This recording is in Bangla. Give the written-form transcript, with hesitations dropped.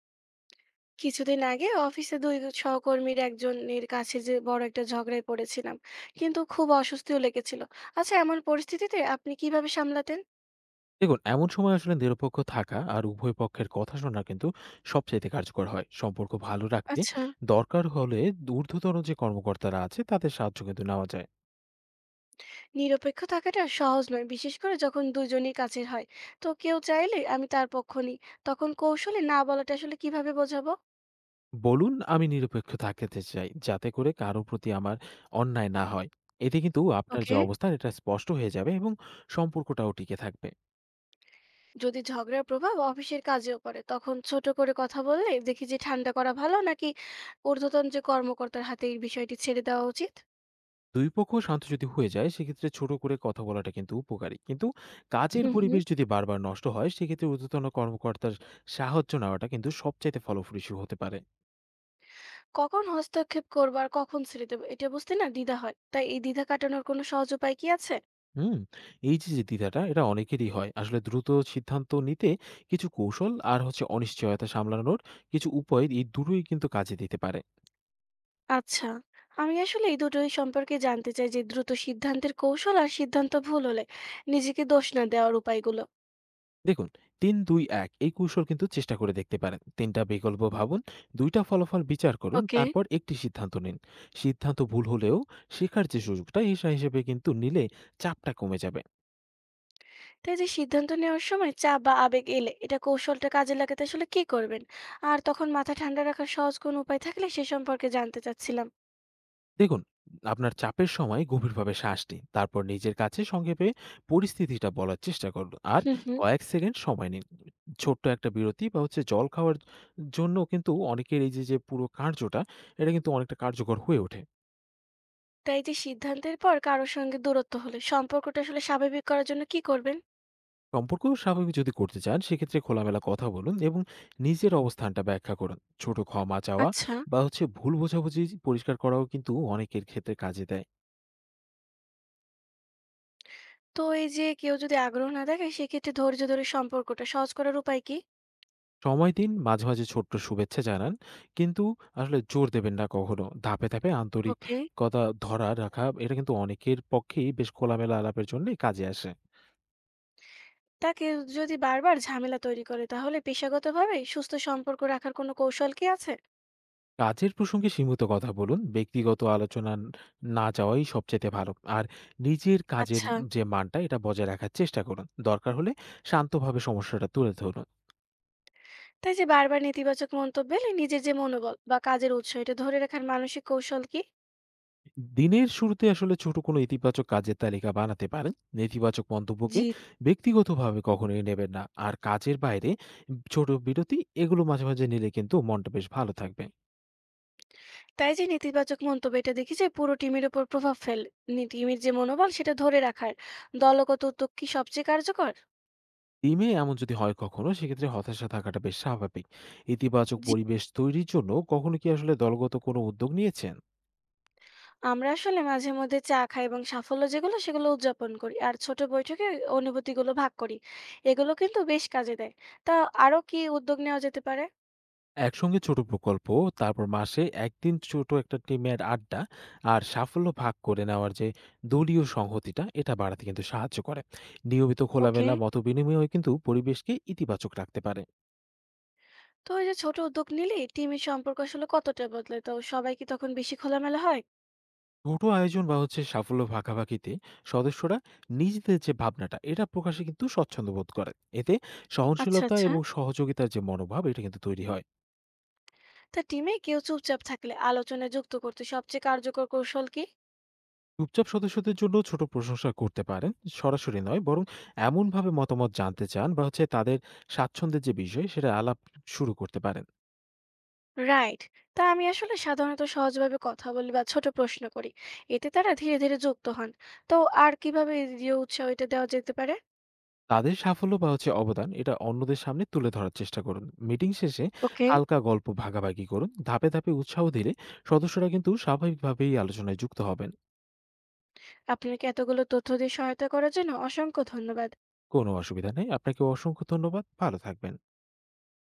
কিছুদিন আগে অফিসে দুই সহকর্মীর একজনের কাছে যে বড় একটা ঝগড়ায় পড়েছিলাম, কিন্তু খুব অস্বস্তিও লেগেছিল। আচ্ছা, এমন পরিস্থিতিতে আপনি কিভাবে সামলাতেন? দেখুন, এমন সময় আসলে নিরপেক্ষ থাকা আর উভয় পক্ষের কথা শোনা কিন্তু সবচাইতে কার্যকর হয়। সম্পর্ক ভালো রাখতে আচ্ছা। দরকার হলে ঊর্ধ্বতন যে কর্মকর্তারা আছে তাদের সাহায্য কিন্তু নেওয়া যায়। নিরপেক্ষ থাকাটা সহজ নয়, বিশেষ করে যখন দুজনই কাছের হয়। তো কেউ চাইলে আমি তার পক্ষ নিই, তখন কৌশলে না বলাটা আসলে কিভাবে বোঝাবো? বলুন, আমি নিরপেক্ষ থাকতে চাই যাতে করে কারো প্রতি আমার অন্যায় না হয়। এতে কিন্তু আপনার যে ওকে। অবস্থান এটা স্পষ্ট হয়ে যাবে এবং সম্পর্কটাও টিকে থাকবে। যদি ঝগড়ার প্রভাব অফিসের কাজেও পড়ে তখন ছোট করে কথা বললে দেখি যে ঠান্ডা করা ভালো, নাকি ঊর্ধ্বতন যে কর্মকর্তার হাতে এই বিষয়টি ছেড়ে দেওয়া উচিত? দুই পক্ষ শান্ত যদি হয়ে যায় সেক্ষেত্রে ছোট করে কথা বলাটা কিন্তু উপকারী, কিন্তু কাজের পরিবেশ হুম। যদি বারবার নষ্ট হয় সেক্ষেত্রে ঊর্ধ্বতন কর্মকর্তার সাহায্য নেওয়াটা কিন্তু সবচাইতে ফলপ্রসূ হতে পারে। কখন হস্তক্ষেপ করবো আর কখন ছেড়ে দেবো এটা বুঝতে না দ্বিধা হয়, তাই এই দ্বিধা কাটানোর কোনো সহজ উপায় কি আছে? হুম। এই যে যে দ্বিধাটা এটা অনেকেরই হয়। আসলে দ্রুত সিদ্ধান্ত নিতে কিছু কৌশল আর হচ্ছে অনিশ্চয়তা সামলানোর কিছু উপায়, এই দুটোই কিন্তু কাজে দিতে পারে। আচ্ছা। আমি আসলে এই দুটোই সম্পর্কে জানতে চাই যে দ্রুত সিদ্ধান্তের কৌশল আর সিদ্ধান্ত ভুল হলে নিজেকে দোষ না দেওয়ার উপায়গুলো। দেখুন, ৩-২-১ এই কৌশল কিন্তু চেষ্টা করে দেখতে পারেন। ৩ টা বিকল্প ভাবুন, ২ টা ফলাফল বিচার করুন, ওকে। তারপর একটি সিদ্ধান্ত নিন। সিদ্ধান্ত ভুল হলেও শেখার যে সুযোগটা হিসেবে কিন্তু নিলে চাপটা কমে যাবে। তাই যে সিদ্ধান্ত নেওয়ার সময় চাপ বা আবেগ এলে এটা কৌশলটা কাজে লাগাতে আসলে কি করবেন? আর তখন মাথা ঠান্ডা রাখার সহজ কোন উপায় থাকলে সে সম্পর্কে জানতে চাচ্ছিলাম। দেখুন, আপনার চাপের সময় গভীরভাবে শ্বাস নিন। তারপর নিজের কাছে সংক্ষেপে পরিস্থিতিটা বলার চেষ্টা করুন। আর হুম, হুম। কয়েক সেকেন্ড সময় নিন। ছোট্ট একটা বিরতি বা হচ্ছে জল খাওয়ার জন্য কিন্তু অনেকের এই যে পুরো কার্যটা, এটা কিন্তু অনেকটা কার্যকর হয়ে ওঠে। তাই যে সিদ্ধান্তের পর কারোর সঙ্গে দূরত্ব হলে সম্পর্কটা আসলে স্বাভাবিক করার জন্য কি করবেন? সম্পর্ক স্বাভাবিক যদি করতে চান সেক্ষেত্রে খোলামেলা কথা বলুন এবং নিজের অবস্থানটা ব্যাখ্যা করুন। ছোট ক্ষমা চাওয়া আচ্ছা। বা হচ্ছে ভুল বোঝাবুঝি পরিষ্কার করাও কিন্তু অনেকের ক্ষেত্রে কাজে দেয়। তো এই যে কেউ যদি আগ্রহ না দেখায় সেক্ষেত্রে ধৈর্য ধরে সম্পর্কটা সহজ করার উপায় কি? সময় দিন, মাঝে মাঝে ছোট্ট শুভেচ্ছা জানান, কিন্তু আসলে জোর দেবেন না কখনো। ধাপে ধাপে ওকে। আন্তরিকতা ধরা রাখা, এটা কিন্তু অনেকের পক্ষেই বেশ খোলামেলা আলাপের জন্য কাজে আসে। তাকে যদি বারবার ঝামেলা তৈরি করে তাহলে পেশাগতভাবে সুস্থ সম্পর্ক রাখার কোনো কৌশল কি আছে? কাজের প্রসঙ্গে সীমিত কথা বলুন। ব্যক্তিগত আলোচনা না যাওয়াই সবচাইতে ভালো। আর নিজের কাজের আচ্ছা। যে মানটা এটা বজায় রাখার চেষ্টা করুন। দরকার হলে শান্তভাবে সমস্যাটা তুলে ধরুন। তাই যে বারবার নেতিবাচক মন্তব্য এলে নিজের যে মনোবল বা কাজের উৎস এটা ধরে রাখার মানসিক কৌশল কি? দিনের শুরুতে আসলে ছোট কোনো ইতিবাচক কাজের তালিকা বানাতে পারেন। নেতিবাচক মন্তব্যকে জি। ব্যক্তিগতভাবে কখনোই নেবেন না। আর কাজের বাইরে ছোট বিরতি, এগুলো মাঝে মাঝে নিলে কিন্তু মনটা বেশ ভালো থাকবে। তাই যে নেতিবাচক মন্তব্য এটা দেখি যে পুরো টিমের উপর প্রভাব ফেল টিমের যে মনোবল সেটা ধরে রাখার দলগত উদ্যোগ কি সবচেয়ে কার্যকর? টিমে এমন যদি হয় কখনো সেক্ষেত্রে হতাশা থাকাটা বেশ স্বাভাবিক। ইতিবাচক জি। পরিবেশ তৈরির জন্য কখনো কি আসলে দলগত কোনো উদ্যোগ নিয়েছেন? আমরা আসলে মাঝে মধ্যে চা খাই এবং সাফল্য যেগুলো সেগুলো উদযাপন করি আর ছোট বৈঠকে অনুভূতিগুলো ভাগ করি। এগুলো কিন্তু বেশ কাজে দেয়। তা আরো কি উদ্যোগ নেওয়া যেতে পারে? একসঙ্গে ছোট প্রকল্প, তারপর মাসে ১ দিন ছোট একটা টিমের আড্ডা আর সাফল্য ভাগ করে নেওয়ার যে দলীয় সংহতিটা, এটা বাড়াতে কিন্তু সাহায্য করে। নিয়মিত ওকে। খোলামেলা মতবিনিময়ও কিন্তু পরিবেশকে ইতিবাচক রাখতে পারে। তো এই যে ছোট উদ্যোগ নিলে টিমের সম্পর্ক আসলে কতটা বদলে, তো সবাই কি তখন বেশি খোলামেলা হয়? ছোট আয়োজন বা হচ্ছে সাফল্য ভাগাভাগিতে সদস্যরা নিজেদের যে ভাবনাটা এটা প্রকাশে কিন্তু স্বচ্ছন্দ বোধ করে। এতে আচ্ছা, সহনশীলতা আচ্ছা। এবং সহযোগিতার যে মনোভাব, এটা কিন্তু তৈরি হয়। তা টিমে কেউ চুপচাপ থাকলে আলোচনায় যুক্ত করতে সবচেয়ে কার্যকর কৌশল কি? চুপচাপ সদস্যদের জন্য ছোট প্রশংসা করতে পারেন। সরাসরি নয়, বরং এমনভাবে মতামত জানতে চান বা হচ্ছে তাদের স্বাচ্ছন্দ্যের যে বিষয় সেটা আলাপ শুরু করতে পারেন। রাইট। তা আমি আসলে সাধারণত সহজভাবে কথা বলি বা ছোট প্রশ্ন করি, এতে তারা ধীরে ধীরে যুক্ত হন। তো আর কিভাবে এই যে উৎসাহ এটা দেওয়া যেতে পারে? তাদের সাফল্য বা হচ্ছে অবদান এটা অন্যদের সামনে তুলে ধরার চেষ্টা করুন। মিটিং শেষে ওকে. হালকা গল্প ভাগাভাগি করুন। ধাপে ধাপে উৎসাহ দিলে সদস্যরা কিন্তু স্বাভাবিকভাবেই আলোচনায় যুক্ত হবেন। আপনাকে এতগুলো তথ্য দিয়ে সহায়তা করার জন্য অসংখ্য ধন্যবাদ। কোনো অসুবিধা নেই। আপনাকে অসংখ্য ধন্যবাদ। ভালো থাকবেন।